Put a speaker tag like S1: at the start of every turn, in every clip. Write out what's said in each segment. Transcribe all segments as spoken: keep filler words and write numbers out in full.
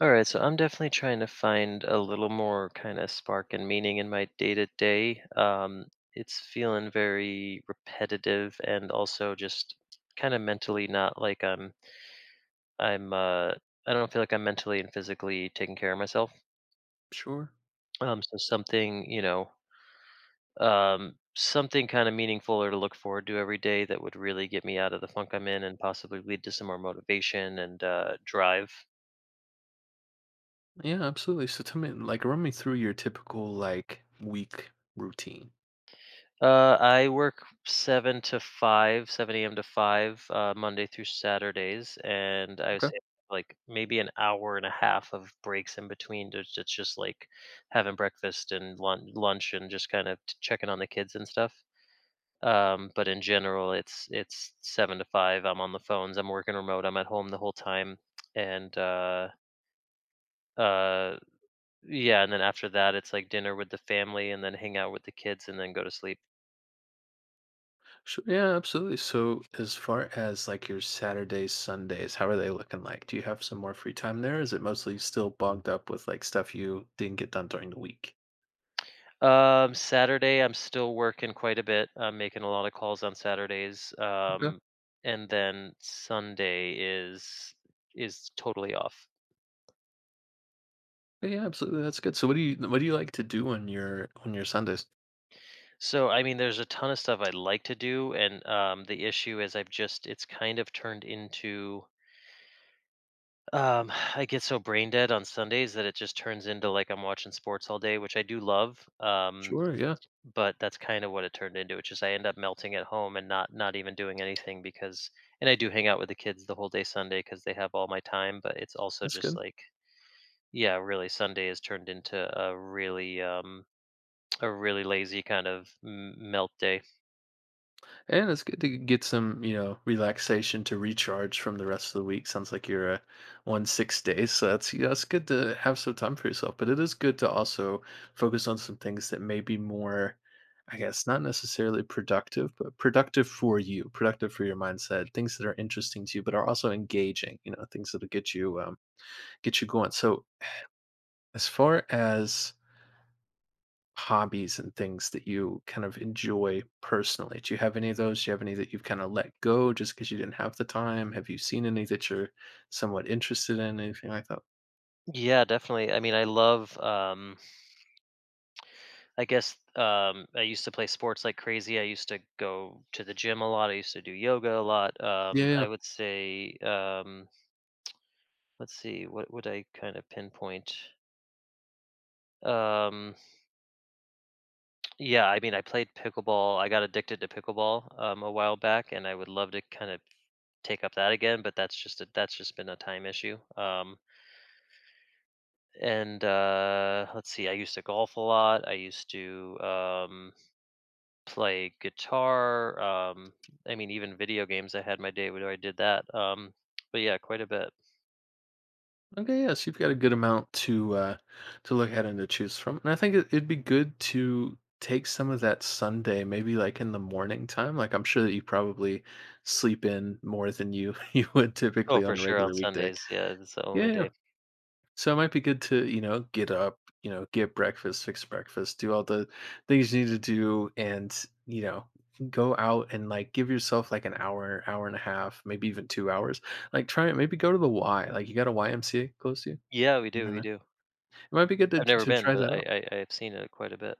S1: All right, so I'm definitely trying to find a little more kind of spark and meaning in my day to day. Um, It's feeling very repetitive and also just kind of mentally not like I'm I'm uh, I don't feel like I'm mentally and physically taking care of myself.
S2: Sure.
S1: Um, so something you know um, something kind of meaningful or to look forward to every day that would really get me out of the funk I'm in and possibly lead to some more motivation and uh, drive.
S2: Yeah, absolutely. So tell me, like, run me through your typical like week routine.
S1: Uh, I work seven to five, seven a m to five, uh, Monday through Saturdays, and I would
S2: Okay.
S1: say like maybe an hour and a half of breaks in between to just, just like having breakfast and lunch, lunch and just kind of t- checking on the kids and stuff. Um, but in general, it's it's seven to five. I'm on the phones. I'm working remote. I'm at home the whole time, and uh, uh, yeah. And then after that, it's like dinner with the family, and then hang out with the kids, and then go to sleep.
S2: Sure. Yeah, absolutely. So as far as like your Saturdays, Sundays, how are they looking like? Do you have some more free time there? Is it mostly still bogged up with like stuff you didn't get done during the week?
S1: Um, Saturday, I'm still working quite a bit. I'm making a lot of calls on Saturdays.
S2: Okay.
S1: Um, and then Sunday is is totally off.
S2: Yeah, absolutely. That's good. So what do you what do you like to do on your on your Sundays?
S1: So I mean, there's a ton of stuff I'd like to do, and um, the issue is I've just it's kind of turned into um, I get so brain dead on Sundays that it just turns into like I'm watching sports all day, which I do love. Um,
S2: Sure. Yeah,
S1: but that's kind of what it turned into. It's just I end up melting at home and not not even doing anything because and I do hang out with the kids the whole day Sunday because they have all my time, but it's also
S2: that's
S1: just
S2: good.
S1: like yeah, really Sunday has turned into a really um a really lazy kind of m- melt day.
S2: And it's good to get some, you know, relaxation to recharge from the rest of the week. Sounds like you're uh, on six days, so that's, yeah, it's good to have some time for yourself. But it is good to also focus on some things that may be more, I guess, not necessarily productive, but productive for you, productive for your mindset, things that are interesting to you, but are also engaging. You know, things that'll get you um, get you going. So as far as hobbies and things that you kind of enjoy personally? Do you have any of those? Do you have any that you've kind of let go just because you didn't have the time? Have you seen any that you're somewhat interested in? Anything like that?
S1: Yeah, definitely. I mean, I love um I guess um I used to play sports like crazy. I used to go to the gym a lot. I used to do yoga a lot.
S2: Yeah.
S1: Um I
S2: Yeah.
S1: would say um let's see, what would I kind of pinpoint. Um, yeah, I mean, I played pickleball. I got addicted to pickleball um, a while back, and I would love to kind of take up that again. But that's just a, that's just been a time issue. Um, and uh, let's see, I used to golf a lot. I used to um, play guitar. Um, I mean, even video games. I had my day where I did that. Um, but yeah, quite a bit.
S2: Okay. Yes, you've got a good amount to uh, to look at and to choose from, and I think it, it'd be good to take some of that Sunday, maybe like in the morning time. Like I'm sure that you probably sleep in more than you you would
S1: Oh,
S2: typically
S1: for
S2: on a
S1: sure on
S2: regular weekday.
S1: Sundays. Yeah, it's the
S2: Yeah.
S1: only
S2: Yeah.
S1: day.
S2: So it might be good to, you know, get up, you know, get breakfast, fix breakfast, do all the things you need to do and, you know, go out and like give yourself like an hour, hour and a half, maybe even two hours. Like try it, maybe go to the Y. Like you got a Y M C A close to you?
S1: Yeah, we do.
S2: Right
S1: We
S2: now. It
S1: do.
S2: might be good to
S1: I've never
S2: to
S1: been,
S2: try that
S1: but
S2: out.
S1: I, I I've seen it quite a bit.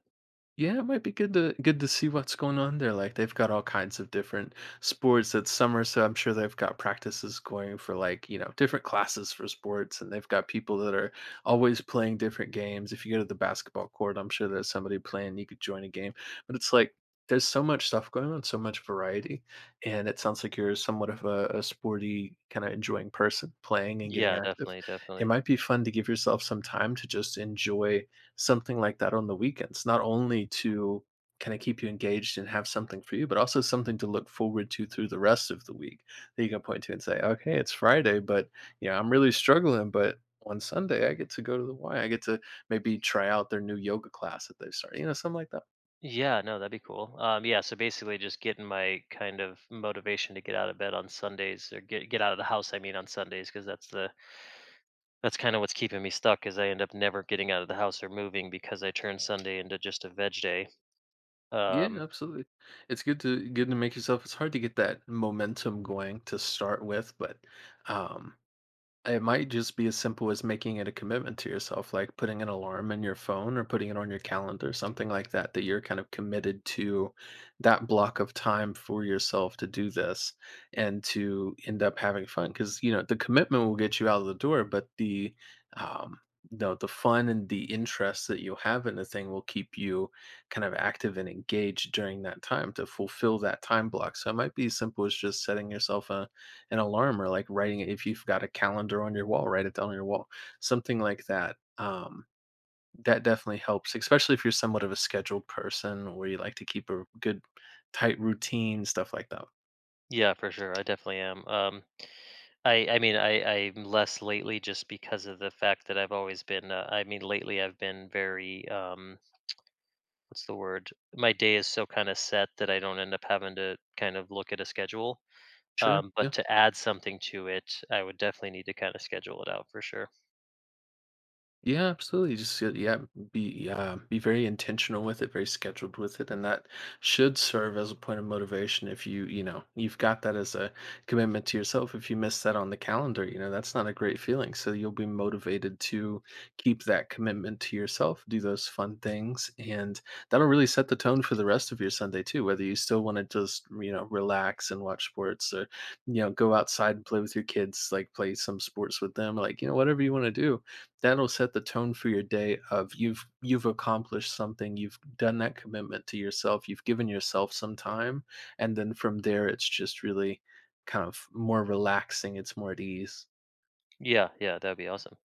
S2: Yeah, it might be good to good to see what's going on there. Like they've got all kinds of different sports that summer, so I'm sure they've got practices going for like, you know, different classes for sports and they've got people that are always playing different games. If you go to the basketball court, I'm sure there's somebody playing, you could join a game. But it's like there's so much stuff going on, so much variety. And it sounds like you're somewhat of a, a sporty kind of enjoying person playing and getting
S1: Yeah,
S2: active.
S1: definitely,
S2: It
S1: definitely.
S2: might be fun to give yourself some time to just enjoy something like that on the weekends, not only to kind of keep you engaged and have something for you, but also something to look forward to through the rest of the week that you can point to and say, okay, it's Friday, but you know, I'm really struggling, but on Sunday I get to go to the Y. I get to maybe try out their new yoga class that they've started, you know, something like that.
S1: Yeah, no, that'd be cool. Um, yeah, so basically, just getting my kind of motivation to get out of bed on Sundays, or get get out of the house. I mean, on Sundays, because that's the that's kind of what's keeping me stuck. Is I end up never getting out of the house or moving because I turn Sunday into just a veg day.
S2: Yeah,
S1: Um,
S2: absolutely. It's good to good to make yourself. It's hard to get that momentum going to start with, but um It might just be as simple as making it a commitment to yourself, like putting an alarm in your phone or putting it on your calendar, something like that, that you're kind of committed to that block of time for yourself to do this and to end up having fun. Because you know the commitment will get you out of the door, but the um, the the fun and the interest that you have in the thing will keep you kind of active and engaged during that time to fulfill that time block. So it might be as simple as just setting yourself a an alarm or like writing it if you've got a calendar on your wall, write it down on your wall. Something like that. Um, that definitely helps, especially if you're somewhat of a scheduled person where you like to keep a good tight routine, stuff like that.
S1: yeah, for sure, I definitely am. Um, I I mean, I I'm less lately just because of the fact that I've always been. Uh, I mean, lately I've been very um, what's the word? My day is so kind of set that I don't end up having to kind of look at a schedule.
S2: Sure.
S1: Um, but
S2: Yeah.
S1: to add something to it, I would definitely need to kind of schedule it out for sure.
S2: Yeah, absolutely. Just uh, yeah, be yeah, be very intentional with it, very scheduled with it, and that should serve as a point of motivation. If you you know you've got that as a commitment to yourself, if you miss that on the calendar, you know that's not a great feeling. So you'll be motivated to keep that commitment to yourself, do those fun things, and that'll really set the tone for the rest of your Sunday too. Whether you still want to just you know relax and watch sports, or you know go outside and play with your kids, like play some sports with them, like you know whatever you want to do that'll set the tone for your day of you've you've accomplished something. You've done that commitment to yourself, you've given yourself some time, and then from there it's just really kind of more relaxing, it's more at ease.
S1: Yeah, yeah, that'd be awesome.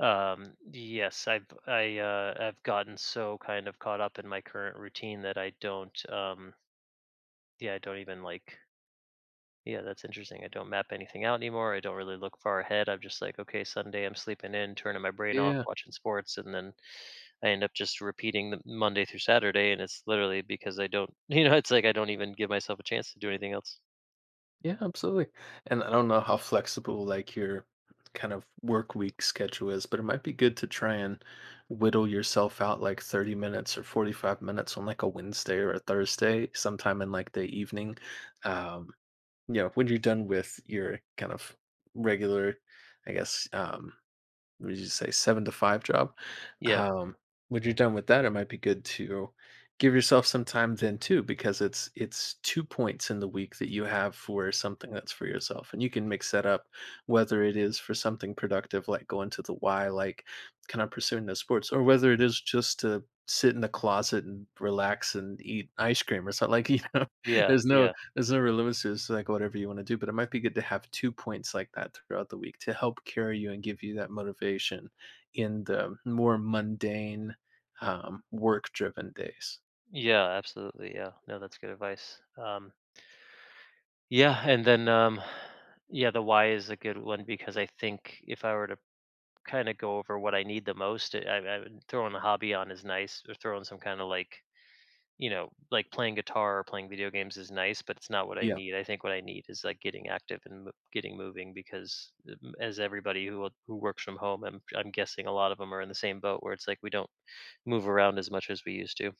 S1: Um, yes, I've I uh, I've gotten so kind of caught up in my current routine that I don't um yeah I don't even like yeah, that's interesting. I don't map anything out anymore. I don't really look far ahead. I'm just like, okay, Sunday I'm sleeping in, turning my brain off,
S2: Yeah,
S1: watching sports, and then I end up just repeating the Monday through Saturday, and it's literally because I don't you know, it's like I don't even give myself a chance to do anything else.
S2: yeah, absolutely. And I don't know how flexible like your kind of work week schedule is, but it might be good to try and whittle yourself out like thirty minutes or forty-five minutes on like a Wednesday or a Thursday sometime in like the evening um you know, when you're done with your kind of regular, I guess, um, what did you say, seven to five job?
S1: Yeah,
S2: Um, when you're done with that, it might be good to give yourself some time then too, because it's it's two points in the week that you have for something that's for yourself, and you can mix that up, whether it is for something productive like going to the Y, like kind of pursuing those sports, or whether it is just to sit in the closet and relax and eat ice cream or something like you know
S1: yeah,
S2: there's no
S1: yeah.
S2: there's no real limits to this, like whatever you want to do, but it might be good to have two points like that throughout the week to help carry you and give you that motivation in the more mundane, um, work driven days.
S1: Yeah, absolutely. Yeah. No, that's good advice. Um, yeah, and then um, yeah, the why is a good one because I think if I were to kind of go over what I need the most, I, I would- throwing a hobby on is nice, or throwing some kind of like, you know, like playing guitar or playing video games is nice, but it's not what I
S2: Yeah.
S1: need. I think what I need is like getting active and mo- getting moving because um, as everybody who who works from home, I'm I'm guessing a lot of them are in the same boat where it's like we don't move around as much as we used to.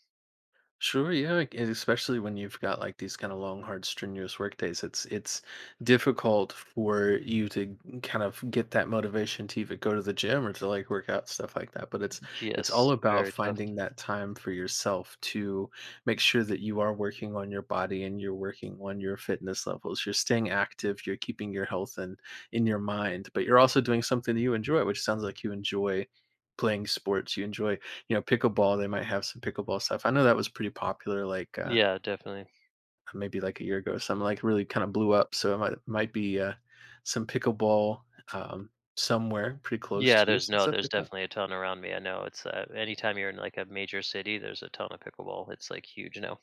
S2: Sure, yeah, like, and especially when you've got like these kind of long, hard, strenuous work days, it's it's difficult for you to kind of get that motivation to even go to the gym or to like work out stuff like that. But it's it's
S1: Yes,
S2: all about
S1: very tough.
S2: finding that time for yourself to make sure that you are working on your body and you're working on your fitness levels. You're staying active, you're keeping your health and in your mind, but you're also doing something that you enjoy, which sounds like you enjoy playing sports you enjoy you know, pickleball, they might have some pickleball stuff. I know that was pretty popular like, uh,
S1: Yeah, definitely.
S2: maybe like a year ago or something, like really kind of blew up. So it might might be, uh, some pickleball, um, somewhere pretty close
S1: Yeah,
S2: to you,
S1: there's
S2: some
S1: no
S2: stuff
S1: there's
S2: like that.
S1: definitely a ton around me, I know it's, uh anytime you're in, like, a major city, there's a ton of pickleball, it's, like, huge now.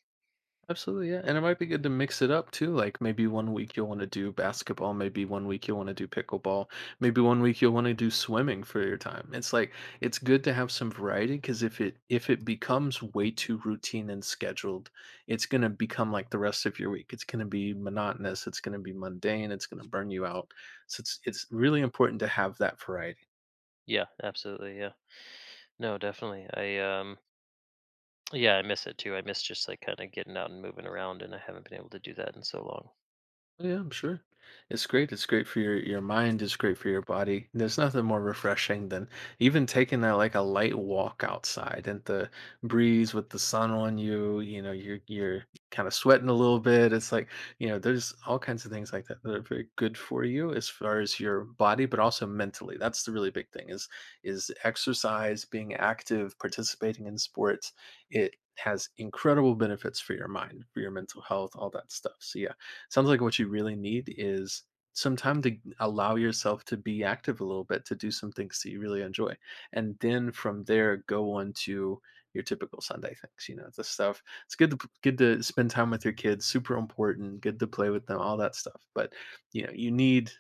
S2: Absolutely, yeah. And it might be good to mix it up too. Like maybe one week you'll want to do basketball, maybe one week you'll want to do pickleball, maybe one week you'll want to do swimming for your time. It's like it's good to have some variety because if it if it becomes way too routine and scheduled, it's gonna become like the rest of your week. It's gonna be monotonous, it's gonna be mundane, it's gonna burn you out. So it's it's really important to have that variety.
S1: Yeah, absolutely, yeah. No, definitely, I, um yeah, I miss it too, I miss just, like, kinda getting out and moving around, and I haven't been able to do that in so long.
S2: Oh, yeah, I'm sure. It's great. It's great for your your mind. It's great for your body. There's nothing more refreshing than even taking a like a light walk outside and the breeze with the sun on you. You know, you're you're kind of sweating a little bit. It's like you know, there's all kinds of things like that that are very good for you as far as your body, but also mentally. That's the really big thing is is exercise, being active, participating in sports. It has incredible benefits for your mind, for your mental health, all that stuff. So yeah, sounds like what you really need is some time to allow yourself to be active a little bit, to do some things that you really enjoy. And then from there, go on to your typical Sunday things, you know, the stuff. It's good to good to spend time with your kids, super important, good to play with them, all that stuff. But you know, you need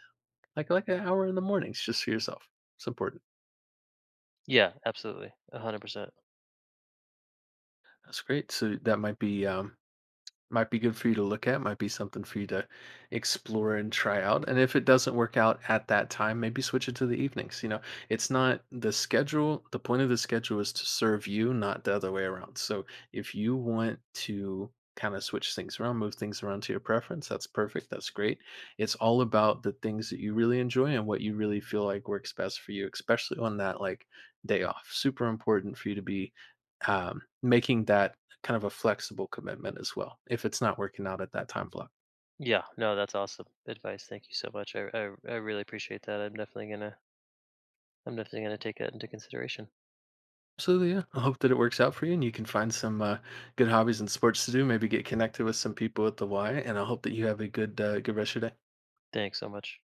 S2: like like an hour in the mornings just for yourself. It's important.
S1: Yeah, absolutely, one hundred percent.
S2: That's great. So that might be um Might be good for you to look at, might be something for you to explore and try out, and if it doesn't work out at that time, maybe switch it to the evenings, you know? It's not the schedule the point of the schedule is to serve you, not the other way around, so if you want to kinda switch things around, move things around to your preference, that's perfect, that's great. It's all about the things that you really enjoy and what you really feel like works best for you, especially on that, like, day off. Super important for you to be, um, making that kind of a flexible commitment as well if it's not working out at that time block.
S1: Yeah, no, that's awesome advice, thank you so much, I I I really appreciate that, I'm definitely gonna I'm definitely gonna take that into consideration.
S2: Absolutely, yeah. I hope that it works out for you and you can find some uh, good hobbies and sports to do. Maybe get connected with some people at the Y, and I hope that you have a good uh, good rest of your day.
S1: Thanks so much.